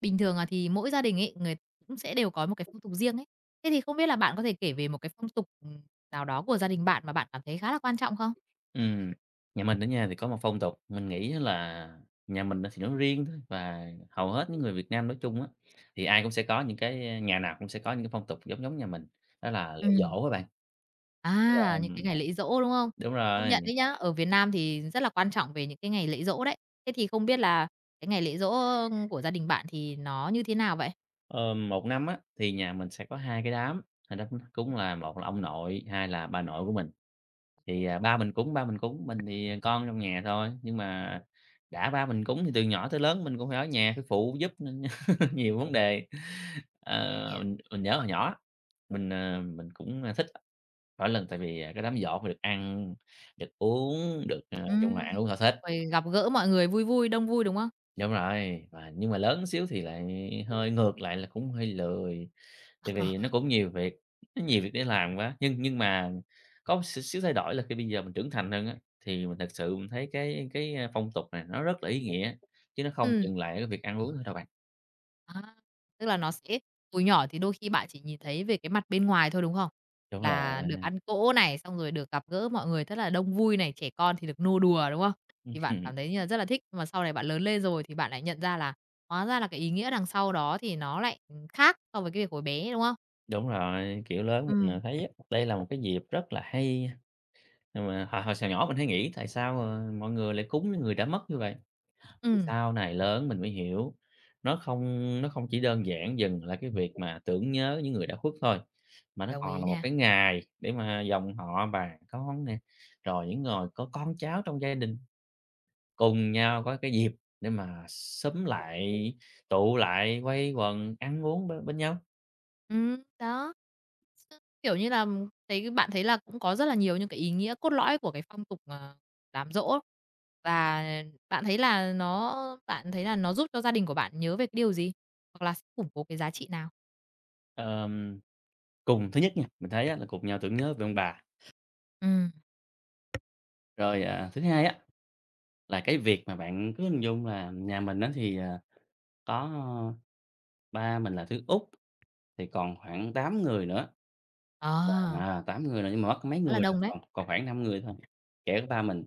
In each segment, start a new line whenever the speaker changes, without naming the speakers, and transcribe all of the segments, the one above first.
Bình thường, thì mỗi gia đình ấy, người cũng sẽ đều có một cái phong tục riêng ấy. Thế thì không biết là bạn có thể kể về một cái phong tục, nào đó của gia đình bạn mà bạn cảm thấy khá là quan trọng không?
Ừm, Nhà mình đó nha thì có một phong tục, mình nghĩ á là nhà mình á thì nó riêng thôi và hầu hết những người Việt Nam nói chung á, thì ai cũng sẽ có những cái nhà nào cũng sẽ có những cái phong tục giống giống nhà mình, đó là lễ
Ừm.
giỗ các bạn. Tức là
À, những cái ngày lễ giỗ, đúng không?
đúng
Công
rồi,
nhận đấy nhá, ở Việt Nam thì rất là quan trọng về những cái ngày lễ giỗ đấy. Thế thì không biết là cái ngày lễ giỗ của gia đình bạn thì nó như thế nào vậy?
ờ, một năm á thì nhà mình sẽ có 2 cái đám, là đám cúng là một là ông nội, hai là bà nội của mình. Thì,
Để
ba mình cúng, mình thì con trong nhà thôi, nhưng mà đã ba mình cúng thì từ nhỏ tới lớn mình cũng phải ở nhà phải phụ giúp nên nhiều vấn đề.
Mình
Ờ,
hiểu.
mình mình nhớ hồi nhỏ, mình cũng, thích mỗi lần tại vì, cái đám giỗ mà được ăn, được uống, chung là
Ừm,
ăn uống thỏa thích.
rồi gặp gỡ mọi người vui vui, đông vui, đúng không?
Đúng rồi, và nhưng mà lớn xíu thì lại hơi ngược lại là cũng hơi lười. Tại vì nó cũng nhiều việc, nó nhiều việc để làm quá, nhưng mà có một xíu xíu thay đổi là khi bây giờ mình trưởng thành hơn á, thì mình thật sự thấy phong tục này nó rất là ý nghĩa, chứ nó không
Ừ.
dừng lại ở cái việc ăn uống thôi đâu bạn.
À, tức là nó sẽ hồi nhỏ thì đôi khi bạn chỉ nhìn thấy về cái mặt bên ngoài thôi, đúng không?
Đúng
Là
rồi.
được ăn cỗ này, xong rồi được gặp gỡ mọi người rất là đông vui này, trẻ con thì được nô đùa, đúng không? Thì bạn
Ừm,
cảm thấy như là rất là thích, mà sau này bạn lớn lên rồi thì bạn lại nhận ra là hóa ra là cái ý nghĩa đằng sau đó thì nó lại, ừ, khác so với cái việc hồi bé, đúng không?
đúng rồi, kiểu, lớn
Ừ,
mình, thấy á, đây là một cái dịp rất là hay, nhưng mà hồi hồi hồi nhỏ mình hay nghĩ tại sao, mọi người lại cúng với người đã mất như vậy? Thì
ừ,
sau này lớn mình mới hiểu, nó không nó không chỉ đơn giản dừng là cái việc mà tưởng nhớ những người đã khuất thôi, mà nó
đồng
còn
ý
là một
nha.
cái ngày để mà dòng họ bà con nè, rồi những người có con cháu trong gia đình cùng nhau có cái dịp để mà xúm lại, tụ lại, quây quần ăn uống bên bên nhau.
Ừ đó. Kiểu như là, bạn thấy là cũng có rất là nhiều những cái ý nghĩa cốt lõi của cái phong tục, đám giỗ, và bạn thấy là nó bạn thấy là nó giúp cho gia đình của bạn nhớ về cái điều gì? Hoặc là sẽ củng cố cái giá trị nào?
Ờm, Cùng thứ nhất nha, mình thấy á là cùng nhau tưởng nhớ về ông bà.
Ừ.
Rồi, thứ hai á là cái việc mà bạn cứ hình dung là nhà mình á thì, có ba mình là thứ út. Thì còn khoảng 8 người nữa,
Ờ,
8 người nữa nhưng mà mất mấy
khá là
người rồi,
đông đấy.
còn còn khoảng 5 người thôi, kể cả ba mình.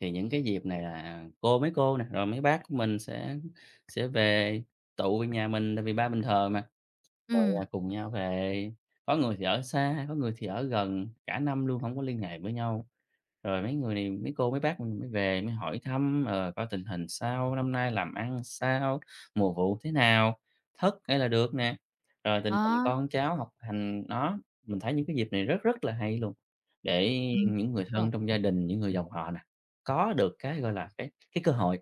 Thì những cái dịp này là cô mấy cô nè, rồi mấy bác của mình sẽ về tụ về nhà mình tại vì ba mình thờ mà, rồi,
Ừ
cùng nhau về. Có người thì ở xa, có người thì ở gần, cả năm luôn không có liên hệ với nhau. Rồi mấy người này, mấy cô, mấy bác mình mới về mới hỏi thăm, coi tình hình sao, năm nay làm ăn sao, mùa vụ thế nào, thất hay là được nè, rồi tình hình
đó,
con cháu học hành. Mình thấy những cái dịp này rất rất là hay luôn, để
ừ
những người
đúng rồi.
thân trong gia đình, những người dòng họ nè, có được cái, gọi là,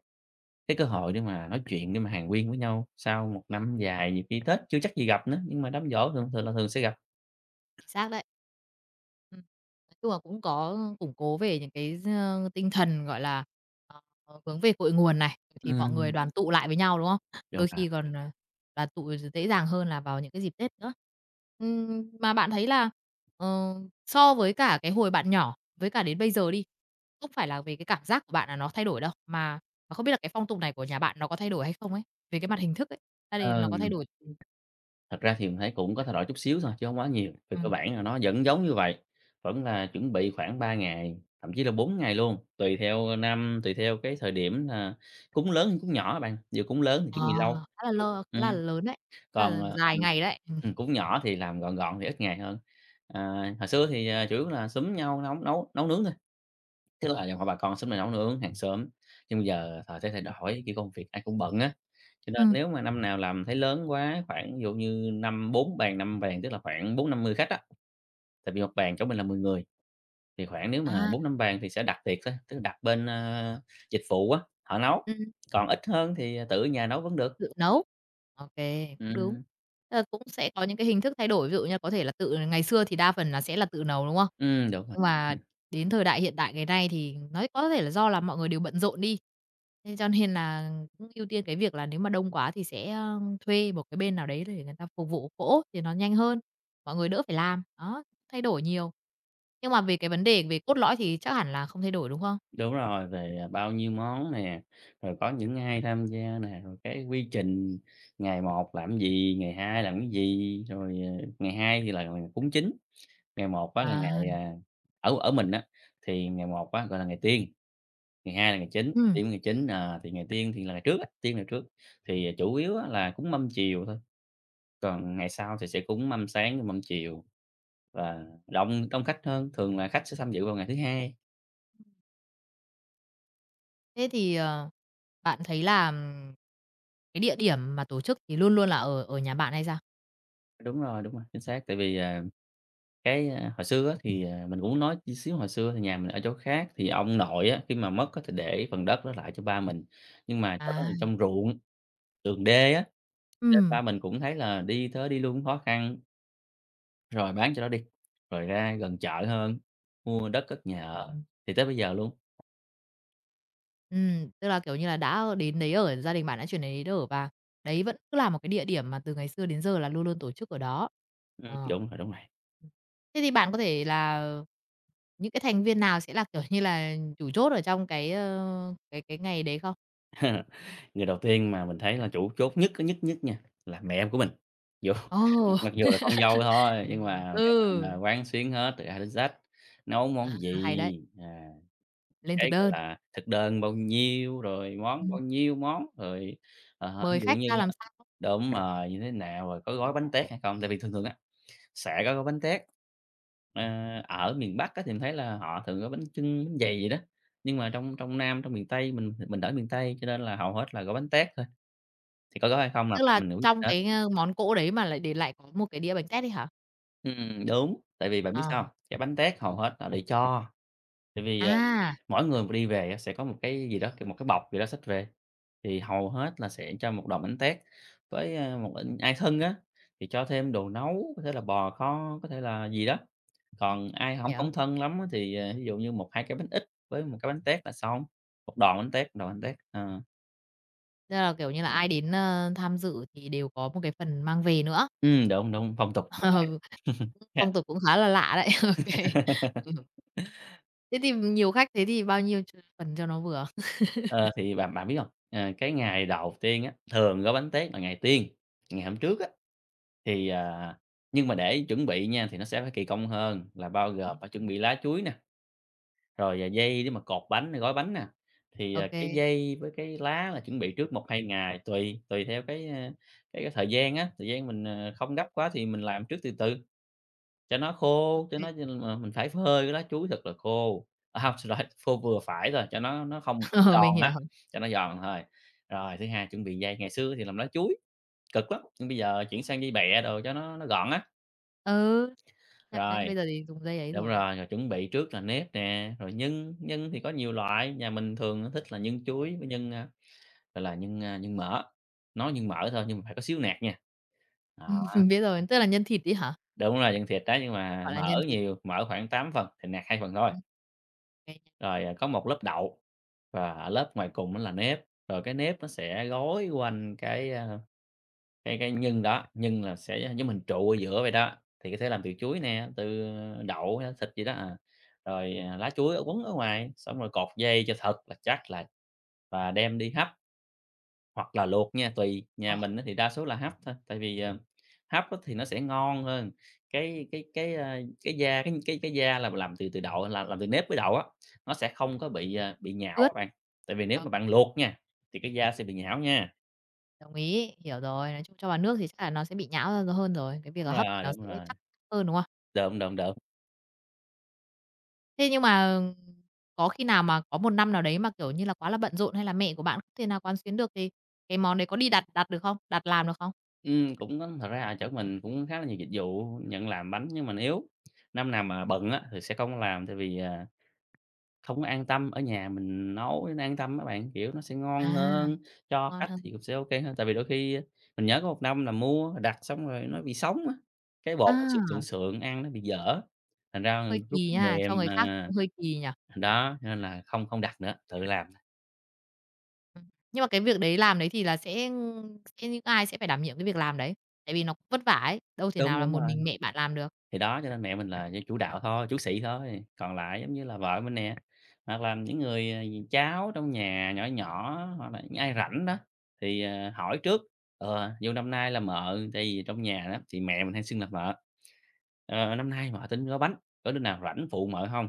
cái cơ hội để mà nói chuyện, để mà hàn huyên với nhau sau một năm dài, nhiều khi Tết chưa chắc gì gặp nữa, nhưng mà đám giỗ thường thường là thường sẽ gặp.
Xác đấy. Ừm, nói chung là cũng có củng cố về những cái tinh thần, gọi là, ờ, hướng về cội nguồn này, thì mọi người
Ừm.
đoàn tụ lại với nhau, đúng không?
Đúng
Đôi
rồi.
khi còn, đoàn tụ dễ dàng hơn là vào những cái dịp Tết nữa. Mà bạn thấy là, ờ, so với cả cái hồi bạn nhỏ với cả đến bây giờ đi, không phải là về cái cảm giác của bạn là nó thay đổi đâu, mà không biết là cái phong tục này của nhà bạn nó có thay đổi hay không ấy? Về cái mặt hình thức ấy, gia đình
ờ,
nó có thay đổi.
Thật ra thì mình thấy cũng có thay đổi chút xíu thôi, chứ không quá nhiều, về cơ
Ừm.
bản là nó vẫn giống như vậy, vẫn là chuẩn bị khoảng 3 ngày, thậm chí là 4 ngày luôn, tùy theo năm, tùy theo cái thời điểm là cúng lớn hay cúng nhỏ á bạn, giờ cúng lớn thì
Ờ,
chuẩn bị lâu, cúng
khá là lớn đấy, khá
còn,
là
ờ,
dài
ừm,
ngày đấy.
cúng nhỏ thì làm gọn gọn thì ít ngày hơn. À, hồi xưa thì, chủ yếu là xúm nhau nấu nấu nấu nướng thôi. Tức là dòng họ bà con xúm lại nấu nướng hàng xóm, nhưng bây giờ thời thế thay đổi, kiểu, công việc ai cũng bận á, cho nên
Ừm.
nếu mà năm nào làm thấy lớn quá, khoảng ví dụ như năm 4 bàn, 5 bàn, tức là khoảng bốn năm mươi khách á, tại vì một bàn chỗ mình là 10 người, thì khoảng nếu mà
À.
bốn năm bàn thì sẽ đặt tiệc thôi, tức là đặt bên, dịch vụ á, họ nấu,
Ừm.
còn ít hơn thì, tự ở nhà nấu vẫn được.
Tự nấu. OK, cũng đúng.
Ừm,
Tức là cũng sẽ có những cái hình thức thay đổi, ví dụ như có thể là tự ngày xưa thì đa phần là sẽ là tự nấu, đúng không?
đúng rồi.
Nhưng mà đến thời đại hiện đại ngày nay thì nói có thể là do là mọi người đều bận rộn đi, thế cho nên là cũng ưu tiên cái việc là nếu mà đông quá thì sẽ, thuê một cái bên nào đấy để người ta phục vụ cỗ thì nó nhanh hơn, mọi người đỡ phải làm, đó, thay đổi nhiều. Nhưng mà về cái vấn đề về cốt lõi thì chắc hẳn là không thay đổi, đúng không?
Đúng rồi, về, bao nhiêu món nè, rồi có những ai tham gia nè, rồi cái quy trình ngày một làm gì, ngày 2 làm cái gì, rồi, ngày 2 thì là ngày cúng chính, ngày một á là
À,
ngày, ở ở mình á, thì ngày một á, gọi là, ngày Tiên, ngày 2 là ngày Chính,
ừm,
Tiên ngày Chính, thì ngày Tiên thì là ngày trước á, Tiên ngày trước, thì, chủ yếu á là cúng mâm chiều thôi, còn ngày sau thì sẽ cúng mâm sáng mâm chiều và đông đông khách hơn, thường là khách sẽ tham dự vào ngày thứ Hai.
thế thì, bạn thấy là cái địa điểm mà tổ chức thì luôn luôn là ở ở nhà bạn hay sao?
Đúng rồi, chính xác. Tại vì, cái, hồi xưa á thì, mình cũng nói tí xíu hồi xưa thì nhà mình ở chỗ khác, thì ông nội á, khi mà mất á thì để phần đất đó lại cho ba mình, nhưng mà chỗ đó
À,
thì trong ruộng, đường đê á, nên
ừm,
ba mình cũng thấy là đi tới đi luôn cũng khó khăn, rồi bán chỗ đó đi, rồi ra gần chợ hơn, mua đất cất nhà ở, thì tới bây giờ luôn.
tức là, kiểu như là, đã đến đấy ở, gia đình bạn đã chuyển đến đấy ở và đấy vẫn cứ là một cái địa điểm mà từ ngày xưa đến giờ là luôn luôn tổ chức ở đó. Ờ.
Đúng rồi, đúng rồi.
Ừm. Thế thì bạn có thể là những cái thành viên nào sẽ là, kiểu như là, chủ chốt ở trong cái, cái ngày đấy không?
Người đầu tiên mà mình thấy là chủ chốt nhất á, nhất nhất nha, là mẹ em của mình. Dù mặc
Ồ,
mặc dù là con dâu thôi, nhưng mà mẹ mình là
ừ,
quán xuyến hết từ A đến Z, nấu
à,
món
hay
gì,
đấy,
à,
lên thực
cái, gọi
đơn,
là, thực đơn bao nhiêu, rồi món bao
ừm,
nhiêu món, rồi, ví
mời
dụ
khách
như
ra làm
á
sao?
đúng rồi, như thế nào, rồi có gói bánh tét hay không. Tại vì thường thường á, sẽ có gói bánh tét. Ờ, ở miền Bắc á thì mình thấy là họ thường gói bánh chưng, bánh dày vậy đó, nhưng mà trong trong Nam, trong miền Tây, mình ở miền Tây cho nên là hầu hết là gói bánh tét thôi. Thì có gói hay không là
Tức
mẹ
là
mình nữ quyết định
trong
hết.
cái, món cỗ đấy mà lại để lại có một cái đĩa bánh tét ấy hả?
Đúng, tại vì bạn biết sao
Ờ.
hông? Cái bánh tét hầu hết họ để cho, tại vì,
À!
mỗi người mà đi về á sẽ có một cái gì đó, kiểu, một cái bọc gì đó xách về, thì hầu hết là sẽ cho một đòn bánh tét với, một in ai thân á, thì cho thêm đồ nấu, có thể là bò kho, có thể là gì đó.
Ừm.
Còn ai
Mình
hổng
hiểu.
hổng thân lắm á thì, ví dụ như một 2 cái bánh ít với một cái bánh tét là xong, một đòn bánh tét, một đòn bánh tét, ờ.
Tức là, kiểu như là, ai đến, tham dự thì đều có một cái phần mang về nữa.
Đúng, đúng, phong tục
Ừ,
vậy. Yeah.
phong tục cũng khá là lạ đấy. Ô kê. Ừm. Thế thì nhiều khách thế thì bao nhiêu phần cho nó vừa?
Ờ, thì bạn bạn biết hông? Ờ, cái ngày đầu tiên á, thường gói bánh tét là ngày Tiên, ngày hôm trước á, thì, nhưng mà để chuẩn bị nha, thì nó sẽ phải kỳ công hơn, là bao gồm phải chuẩn bị lá chuối nè, rồi, dây để mà cột bánh, gói bánh nè. Thì,
Ô kê,
cái dây với cái lá là chuẩn bị trước một hai ngày, tùy tùy theo cái, a, cái cái thời gian á, thời gian mình, không gấp quá thì mình làm trước từ từ. Cho nó
ô
khô, cho
kê.
nó mà mình phải phơi cái lá chuối thật là khô, hông, xin khô vừa phải rồi, cho nó không
Ờ,
giòn
mình hiểu.
á, cho nó giòn thôi. Rồi thứ hai chuẩn bị dây, ngày xưa thì làm lá chuối cực lắm, nhưng bây giờ chuyển sang dây bẹ đồ cho nó gọn á.
Ừ, nhận đấy,
Rồi,
bây giờ thì dùng dây ấy
đúng
rồi.
rồi, rồi chuẩn bị trước là nếp nè, rồi nhân, nhân thì có nhiều loại, nhà mình thường thích là nhân chuối với gọi là, nhân mỡ, nói nhân mỡ thôi nhưng mà phải có xíu nạc nha. Đó,
Mình biết rồi, tức là nhân thịt ấy hả?
đúng rồi, nhân thịt đó nhưng mà
Gọi là nhân
mỡ
thịt.
nhiều, mỡ khoảng 8 phần thì nạc 2 phần thôi.
Ừm. Cái
Rồi, có một lớp đậu. Và ở lớp ngoài cùng nó là nếp, rồi cái nếp nó sẽ gói quanh cái, a, cái cái nhân đó, nhân là sẽ giống mình trụ ở giữa vậy đó, thì có thể làm từ chuối nè, từ đậu hay thịt gì đó, rồi, lá chuối ở quấn ở ngoài, xong rồi cột dây cho thật là chắc lại và đem đi hấp. Hoặc là luộc nha, tùy, nhà
ờ,
mình á thì đa số là hấp thôi, tại vì, hấp á thì nó sẽ ngon hơn. Cái, a, cái da là làm từ từ đậu là làm từ nếp với đậu á, nó sẽ không có bị nhão các
ướp.
bạn. Tại vì nếu
Ờ,
mà bạn luộc nha, thì cái da sẽ bị nhão nha.
đồng ý, hiểu rồi. Nói chung cho vào nước thì chắc là nó sẽ bị nhão ra hơn rồi, cái việc là hấp thì nó
Đúng
sẽ
rồi,
chắc hơn, đúng không?
đượm, đượm, đượm.
Thế nhưng mà có khi nào mà có một năm nào đấy mà, kiểu như là, quá là bận rộn hay là mẹ của bạn không thể nào quán xuyến được thì cái món đấy có đi đặt đặt được không? Đặt làm được không?
Cũng có, thật ra là chỗ mình cũng khá là nhiều dịch vụ nhận làm bánh nhưng mình yếu, năm nào mà bận á thì sẽ không làm tại vì, à Không có an tâm, ở nhà mình nấu cho nó an tâm á bạn, kiểu, nó sẽ
À,
ngon hơn, cho
ngon
khách
hơn.
thì cũng sẽ ô kê hơn. Tại vì đôi khi, mình nhớ có một năm là mua đặt xong rồi nó bị sống á, cái bột nó sượng sượng
À,
sượng, ăn nó bị dở, thành ra
hơi
rút
kỳ
kinh
nha, cho
nghiệm,
người khác
à,
cũng hơi kỳ nhỉ?
đó, cho nên là không không đặt nữa, tự làm.
Ừm. Nhưng mà cái việc đấy làm đấy thì là sẽ những ai sẽ phải đảm nhiệm cái việc làm đấy? Tại vì nó cũng vất vả ấy, đâu thể
Đúng,
nào là
đúng
một
rồi.
mình mẹ bạn làm được.
Thì đó, cho nên mẹ mình là chỉ chủ đạo thôi, chú sĩ thôi, còn lại giống như là vợ mình nè, hoặc là những người, cháu trong nhà nhỏ nhỏ, hoặc là những ai rảnh đó thì, hỏi trước, "Vô năm nay là mợ", tại vì trong nhà đó thì mẹ mình hay xưng là mợ, "Ờ, năm nay mợ tính gói bánh, có đứa nào rảnh phụ mợ không?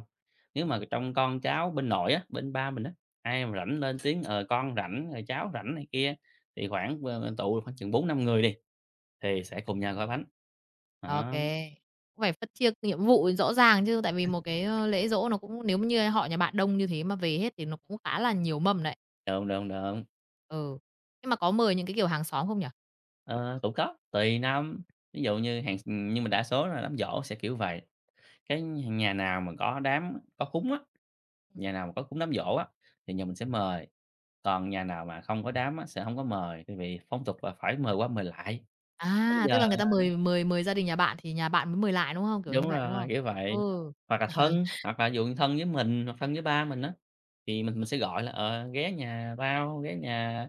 Nếu mà trong con cháu bên nội á, bên ba mình á, ai mà rảnh lên tiếng, ờ, Con rảnh, rồi Cháu rảnh này kia, thì khoảng, tụ khoảng chừng 4-5 người đi, thì sẽ cùng nhau gói bánh."
Ô
Đó,
kê, cũng phải phân chia nhiệm vụ rõ ràng chứ, tại vì một cái, lễ giỗ nó cũng nếu như họ nhà bạn đông như thế mà về hết thì nó cũng khá là nhiều mâm đấy.
đơm, đơm, đơm.
Ừ. Nhưng mà có mời những cái, kiểu, hàng xóm không nhỉ?
Ờ, cũng có, tùy năm. Ví dụ như hàng Nhưng mà đa số là đám giỗ sẽ kiểu vậy, cái nhà nào mà có đám có cúng á, nhà nào mà có cúng đám giỗ á, thì nhà mình sẽ mời, còn nhà nào mà không có đám á, sẽ không có mời, tại vì phong tục là phải mời qua mời lại. Thế bây
À, tức
giờ
là người ta mời mời mời gia đình nhà bạn thì nhà bạn mới mời lại, đúng không? Kiểu như
Đúng
vậy, đúng
rồi,
không?
kiểu vậy.
Ừ.
Hoặc là thân, hoặc là ví dụ như thân với mình, hoặc thân với ba mình á, thì mình sẽ gọi là, "Ghé nhà tao, ghé nhà,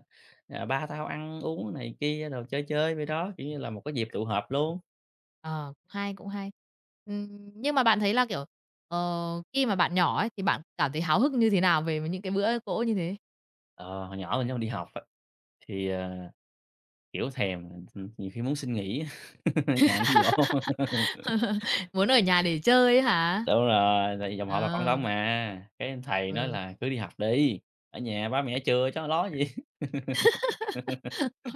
à, ba tao ăn uống này kia, rồi chơi chơi" vậy đó, kiểu như là một cái dịp tụ họp luôn.
Ờ, cũng hay, cũng hay. Nhưng mà bạn thấy là, kiểu, khi mà bạn nhỏ ấy thì bạn cảm thấy háo hức như thế nào về những cái bữa cỗ như thế?
Ờ, hồi nhỏ mình nhau đi học. Thì, kiểu, thèm, nhiều khi muốn xin nghỉ á, nhưng mà hổng có.
Muốn ở nhà để chơi ấy hả?
Đúng rồi, tại vì dòng họ là con
Ờ,
đông mà, cái thầy nói
ừ,
là "Cứ đi học đi, ở nhà ba mẹ chừa cho lo gì."
ô.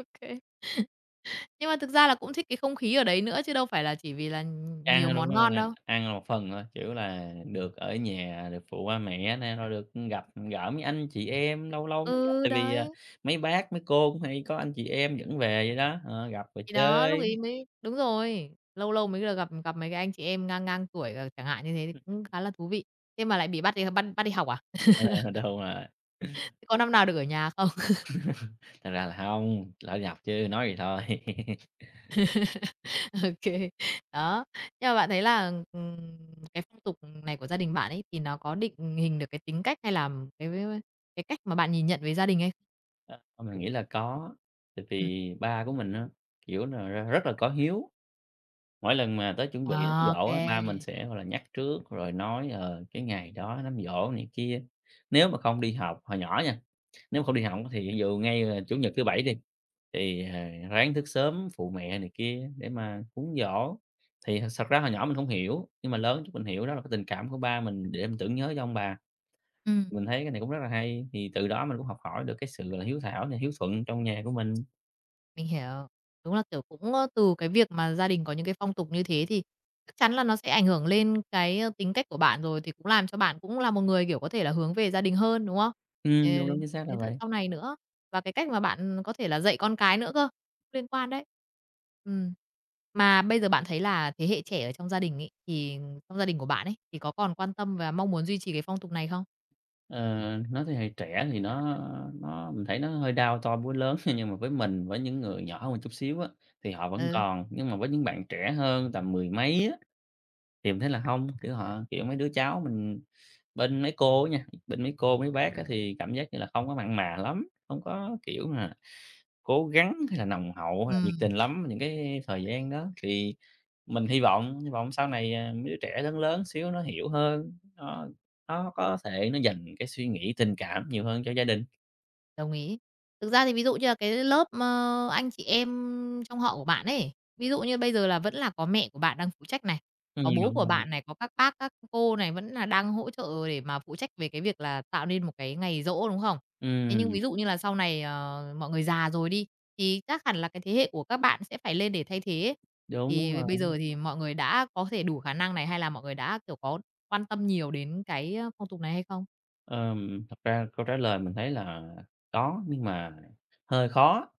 Nhưng mà thực ra là cũng thích cái không khí ở đấy nữa chứ đâu phải là chỉ vì là nhiều
Đúng
món
rồi,
ngon đâu.
ăn là một phần thôi, kiểu là, được ở nhà, được phụ ba mẹ nè, rồi được gặp gỡ mấy anh chị em, lâu lâu mới gặp,
Ừ,
tại vì,
đấy.
mấy bác, mấy cô cũng hay có anh chị em dẫn về vậy đó, gặp rồi
Thì đó, lúc
chơi.
ấy mới đúng rồi, lâu lâu mới được gặp gặp mấy cái anh chị em ngang ngang tuổi, chẳng hạn như thế thì cũng khá là thú vị. Thế mà lại bị bắt bắt đi học à?
Ờ, đúng rồi,
Thế có năm nào được ở nhà không?
thật ra là hông, lỡ đi học chứ, nói vậy thôi.
Ô đó. Nhưng mà bạn thấy là, cái phong tục này của gia đình bạn ấy thì nó có định hình được cái tính cách hay là cái cái cách mà bạn nhìn nhận về gia đình ấy không?
Ờ, mình nghĩ là có, tại
Ừm,
vì ba của mình á, kiểu là rất là có hiếu. Mỗi lần mà tới chuẩn bị đám
à, ô
giỗ á, ba mình
kê.
sẽ, gọi là, nhắc trước rồi nói, cái ngày đó đám giỗ này kia. Nếu mà không đi học hồi nhỏ nha, nếu mà không đi học thì ví dụ ngay, Chủ nhật, thứ Bảy đi, thì, ráng thức sớm phụ mẹ này kia để mà cúng giỗ. Thì thật ra hồi nhỏ mình không hiểu, nhưng mà lớn chút mình hiểu đó là cái tình cảm của ba mình để mình tưởng nhớ cho ông bà. Mình thấy cái này cũng rất là hay, thì từ đó mình cũng học hỏi được cái sự, là, hiếu thảo này hiếu thuận trong nhà của mình.
Mình hiểu. Đúng là, kiểu, cũng, từ cái việc mà gia đình có những cái phong tục như thế thì chắc chắn là nó sẽ ảnh hưởng lên cái, tính cách của bạn rồi, thì cũng làm cho bạn cũng là một người, kiểu, có thể là hướng về gia đình hơn, đúng không? Ê,
Đúng, đúng, chính xác là
đến tận
vậy.
sau này nữa, và cái cách mà bạn có thể là dạy con cái nữa cơ, liên quan đấy. Ừm. Mà bây giờ bạn thấy là thế hệ trẻ ở trong gia đình ấy, thì trong gia đình của bạn ấy, thì có còn quan tâm và mong muốn duy trì cái phong tục này không?
Ờ, nói thế hệ trẻ thì nó mình thấy nó hơi đau to búa lớn, nhưng mà với mình, với những người nhỏ hơn một chút xíu á, thì họ vẫn
Ừ,
còn, nhưng mà với những bạn trẻ hơn tầm mười mấy á, thì mình thấy là không, kiểu, họ kiểu, mấy đứa cháu mình bên mấy cô á nha, bên mấy cô, mấy bác á thì cảm giác như là không có mặn mà lắm, không có, kiểu, mà cố gắng hay là nồng hậu hay là nhiệt
ừm.
tình lắm những cái thời gian đó, thì mình hy vọng sau này, mấy đứa trẻ lớn lớn xíu nó hiểu hơn, nó có thể nó dành cái suy nghĩ tình cảm nhiều hơn cho gia đình.
Đồng ý. Thực ra thì ví dụ như là cái lớp, anh chị em trong họ của bạn ấy, ví dụ như bây giờ là vẫn là có mẹ của bạn đang phụ trách này, có bố
Đúng
của
rồi,
bạn này, có các bác, các cô này vẫn là đang hỗ trợ để mà phụ trách về cái việc là tạo nên một cái ngày giỗ, đúng không? Thế nhưng
ừm,
ví dụ như là sau này, mọi người già rồi đi, thì chắc hẳn là cái thế hệ của các bạn sẽ phải lên để thay thế ấy.
đúng
Thì
rồi.
bây giờ thì mọi người đã có thể đủ khả năng này, hay là mọi người đã, kiểu, có quan tâm nhiều đến cái, phong tục này hay không?
Thật ra câu trả lời mình thấy là có, nhưng mà hơi khó.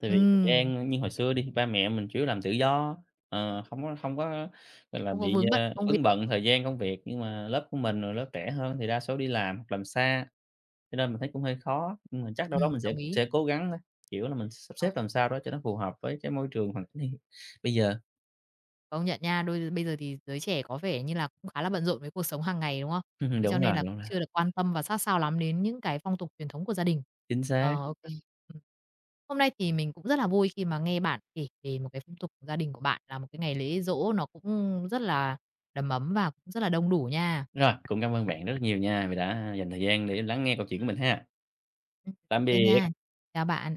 Tại vì thời
Ừm,
gian như hồi xưa đi, ba mẹ mình chủ yếu làm tự do, không có hông có, gọi là,
không có
bị,
vướng bận công việc.
vướng bận thời gian công việc, nhưng mà lớp của mình rồi lớp trẻ hơn thì đa số đi làm hoặc làm xa, cho nên mình thấy cũng hơi khó. Nhưng mà chắc đâu đó mình sẽ
Đồng ý.
sẽ cố gắng thôi, kiểu là, mình sắp
Ờ,
xếp làm sao đó cho nó phù hợp với cái môi trường hoàn cảnh hiện bây giờ.
công nhận nha. Đôi bây giờ thì giới trẻ có vẻ như là cũng khá là bận rộn với cuộc sống hàng ngày, đúng không? Thế cho nên là
Đúng
cũng
rồi,
chưa được quan tâm và sát sao lắm đến những cái phong tục truyền thống của gia đình.
chính xác.
Ờ, ô kê. Hôm nay thì mình cũng rất là vui khi mà nghe bạn kể về một cái phong tục của gia đình của bạn là một cái ngày lễ giỗ nó cũng rất là đầm ấm và cũng rất là đông đủ nha.
Rồi, cũng cảm ơn bạn rất nhiều nha, vì đã dành thời gian để lắng nghe câu chuyện của mình ha. Tạm
Ô nha.
biệt.
Chào bạn.